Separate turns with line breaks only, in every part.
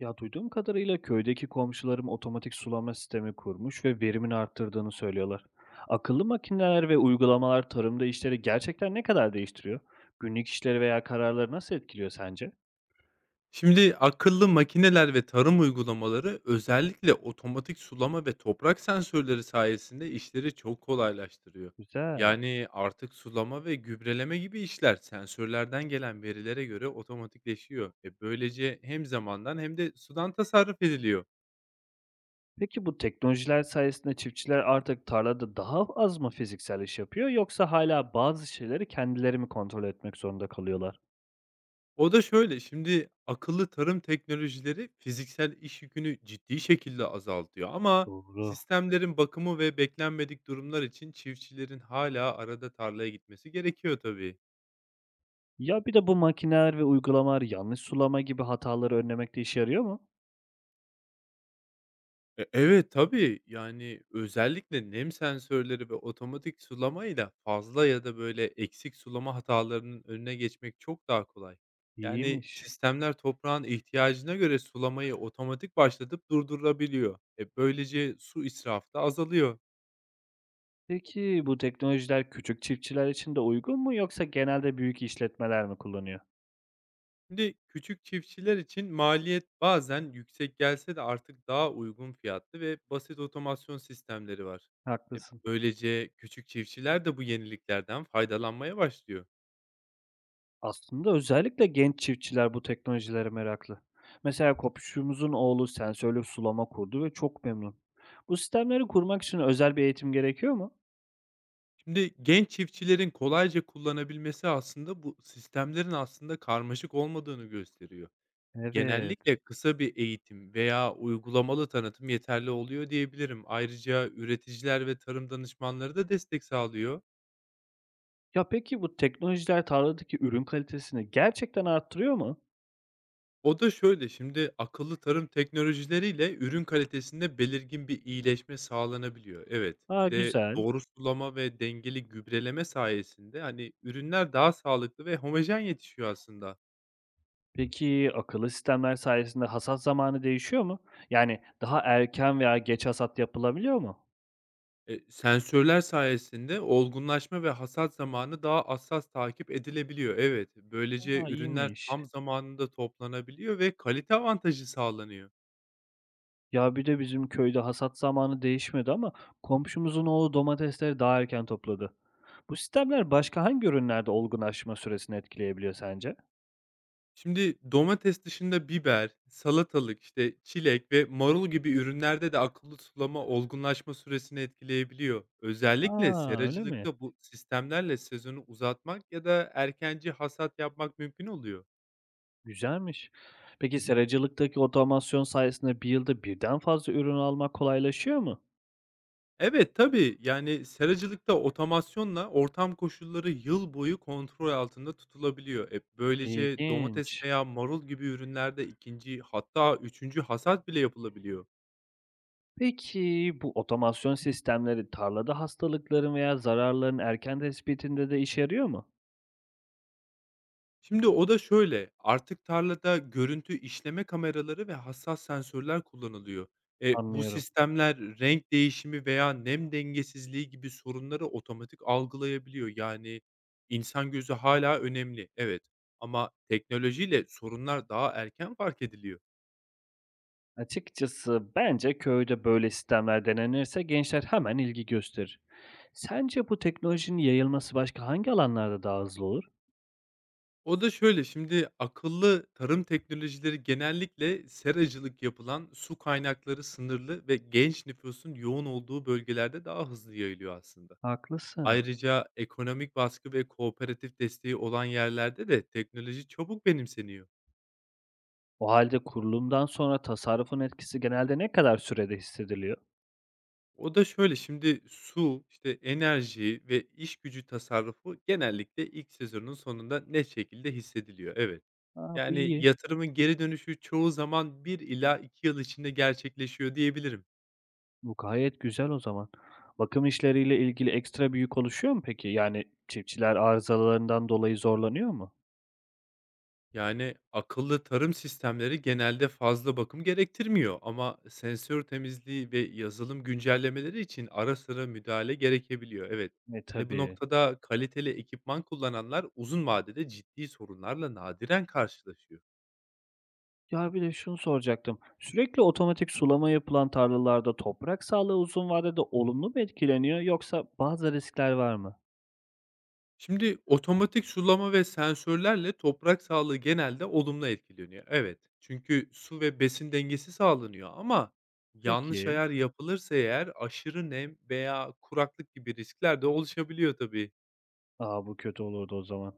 Ya, duyduğum kadarıyla köydeki komşularım otomatik sulama sistemi kurmuş ve verimini arttırdığını söylüyorlar. Akıllı makineler ve uygulamalar tarımda işleri gerçekten ne kadar değiştiriyor? Günlük işleri veya kararları nasıl etkiliyor sence?
Şimdi akıllı makineler ve tarım uygulamaları özellikle otomatik sulama ve toprak sensörleri sayesinde işleri çok kolaylaştırıyor.
Güzel.
Yani artık sulama ve gübreleme gibi işler sensörlerden gelen verilere göre otomatikleşiyor. Böylece hem zamandan hem de sudan tasarruf ediliyor.
Peki bu teknolojiler sayesinde çiftçiler artık tarlada daha az mı fiziksel iş yapıyor yoksa hala bazı şeyleri kendileri mi kontrol etmek zorunda kalıyorlar?
O da şöyle, şimdi akıllı tarım teknolojileri fiziksel iş yükünü ciddi şekilde azaltıyor ama
Doğru.
sistemlerin bakımı ve beklenmedik durumlar için çiftçilerin hala arada tarlaya gitmesi gerekiyor tabii.
Ya bir de bu makineler ve uygulamalar yanlış sulama gibi hataları önlemekte işe yarıyor mu?
Evet, tabii. Yani özellikle nem sensörleri ve otomatik sulamayla fazla ya da böyle eksik sulama hatalarının önüne geçmek çok daha kolay. Yani
İyiymiş.
sistemler toprağın ihtiyacına göre sulamayı otomatik başlatıp durdurabiliyor. Böylece su israfı da azalıyor.
Peki bu teknolojiler küçük çiftçiler için de uygun mu yoksa genelde büyük işletmeler mi kullanıyor?
Şimdi küçük çiftçiler için maliyet bazen yüksek gelse de artık daha uygun fiyatlı ve basit otomasyon sistemleri var. E,
Haklısın.
Böylece küçük çiftçiler de bu yeniliklerden faydalanmaya başlıyor.
Aslında özellikle genç çiftçiler bu teknolojilere meraklı. Mesela komşumuzun oğlu sensörlü sulama kurdu ve çok memnun. Bu sistemleri kurmak için özel bir eğitim gerekiyor mu?
Şimdi genç çiftçilerin kolayca kullanabilmesi aslında bu sistemlerin aslında karmaşık olmadığını gösteriyor.
Evet.
Genellikle kısa bir eğitim veya uygulamalı tanıtım yeterli oluyor diyebilirim. Ayrıca üreticiler ve tarım danışmanları da destek sağlıyor.
Ya peki bu teknolojiler tarladaki ürün kalitesini gerçekten arttırıyor mu?
O da şöyle, şimdi akıllı tarım teknolojileriyle ürün kalitesinde belirgin bir iyileşme sağlanabiliyor. Evet,
Aa
bir de
güzel.
doğru sulama ve dengeli gübreleme sayesinde, hani, ürünler daha sağlıklı ve homojen yetişiyor aslında.
Peki akıllı sistemler sayesinde hasat zamanı değişiyor mu? Yani daha erken veya geç hasat yapılabiliyor mu?
Sensörler sayesinde olgunlaşma ve hasat zamanı daha hassas takip edilebiliyor. Evet, böylece
A,
ürünler
iyiymiş.
tam zamanında toplanabiliyor ve kalite avantajı sağlanıyor.
Ya, bir de bizim köyde hasat zamanı değişmedi ama komşumuzun oğlu domatesleri daha erken topladı. Bu sistemler başka hangi ürünlerde olgunlaşma süresini etkileyebiliyor sence?
Şimdi domates dışında biber, salatalık, işte çilek ve marul gibi ürünlerde de akıllı sulama olgunlaşma süresini etkileyebiliyor. Özellikle
Aa öyle mi?
seracılıkta bu sistemlerle sezonu uzatmak ya da erkenci hasat yapmak mümkün oluyor.
Güzelmiş. Peki seracılıktaki otomasyon sayesinde bir yılda birden fazla ürün almak kolaylaşıyor mu?
Evet tabii, yani seracılıkta otomasyonla ortam koşulları yıl boyu kontrol altında tutulabiliyor. Böylece domates
İlginç.
veya marul gibi ürünlerde ikinci hatta üçüncü hasat bile yapılabiliyor.
Peki bu otomasyon sistemleri tarlada hastalıkların veya zararların erken tespitinde de işe yarıyor mu?
Şimdi o da şöyle, artık tarlada görüntü işleme kameraları ve hassas sensörler kullanılıyor. Bu
Anlıyorum.
sistemler renk değişimi veya nem dengesizliği gibi sorunları otomatik algılayabiliyor. Yani insan gözü hala önemli, evet, ama teknolojiyle sorunlar daha erken fark ediliyor.
Açıkçası bence köyde böyle sistemler denenirse gençler hemen ilgi gösterir. Sence bu teknolojinin yayılması başka hangi alanlarda daha hızlı olur?
O da şöyle, şimdi akıllı tarım teknolojileri genellikle seracılık yapılan, su kaynakları sınırlı ve genç nüfusun yoğun olduğu bölgelerde daha hızlı yayılıyor aslında.
Haklısın.
Ayrıca ekonomik baskı ve kooperatif desteği olan yerlerde de teknoloji çabuk benimseniyor.
O halde kurulumdan sonra tasarrufun etkisi genelde ne kadar sürede hissediliyor?
O da şöyle, şimdi su, işte enerji ve iş gücü tasarrufu genellikle ilk sezonun sonunda net şekilde hissediliyor. Evet.
Aa, bu
Yani
iyi.
yatırımın geri dönüşü çoğu zaman 1 ila 2 yıl içinde gerçekleşiyor diyebilirim.
Bu gayet güzel o zaman. Bakım işleriyle ilgili ekstra bir yük oluşuyor mu peki? Yani çiftçiler arızalarından dolayı zorlanıyor mu?
Yani, akıllı tarım sistemleri genelde fazla bakım gerektirmiyor ama sensör temizliği ve yazılım güncellemeleri için ara sıra müdahale gerekebiliyor. Evet.
E
Hani, bu
tabii.
noktada kaliteli ekipman kullananlar uzun vadede ciddi sorunlarla nadiren karşılaşıyor.
Ya, bir de şunu soracaktım. Sürekli otomatik sulama yapılan tarlalarda toprak sağlığı uzun vadede olumlu mu etkileniyor yoksa bazı riskler var mı?
Şimdi otomatik sulama ve sensörlerle toprak sağlığı genelde olumlu etkileniyor. Evet. Çünkü su ve besin dengesi sağlanıyor ama yanlış
Peki.
ayar yapılırsa eğer aşırı nem veya kuraklık gibi riskler de oluşabiliyor tabii.
A, bu kötü olurdu o zaman.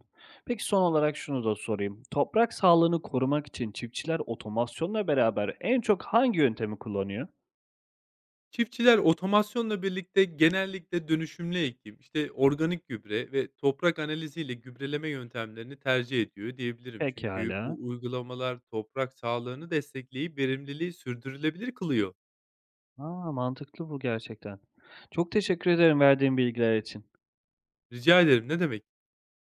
Peki son olarak şunu da sorayım. Toprak sağlığını korumak için çiftçiler otomasyonla beraber en çok hangi yöntemi kullanıyor?
Çiftçiler otomasyonla birlikte genellikle dönüşümlü ekim, işte organik gübre ve toprak analiziyle gübreleme yöntemlerini tercih ediyor diyebilirim. Çünkü
Pekâlâ.
bu uygulamalar toprak sağlığını destekleyip verimliliği sürdürülebilir kılıyor.
A, mantıklı bu gerçekten. Çok teşekkür ederim verdiğin bilgiler için.
Rica ederim, ne demek?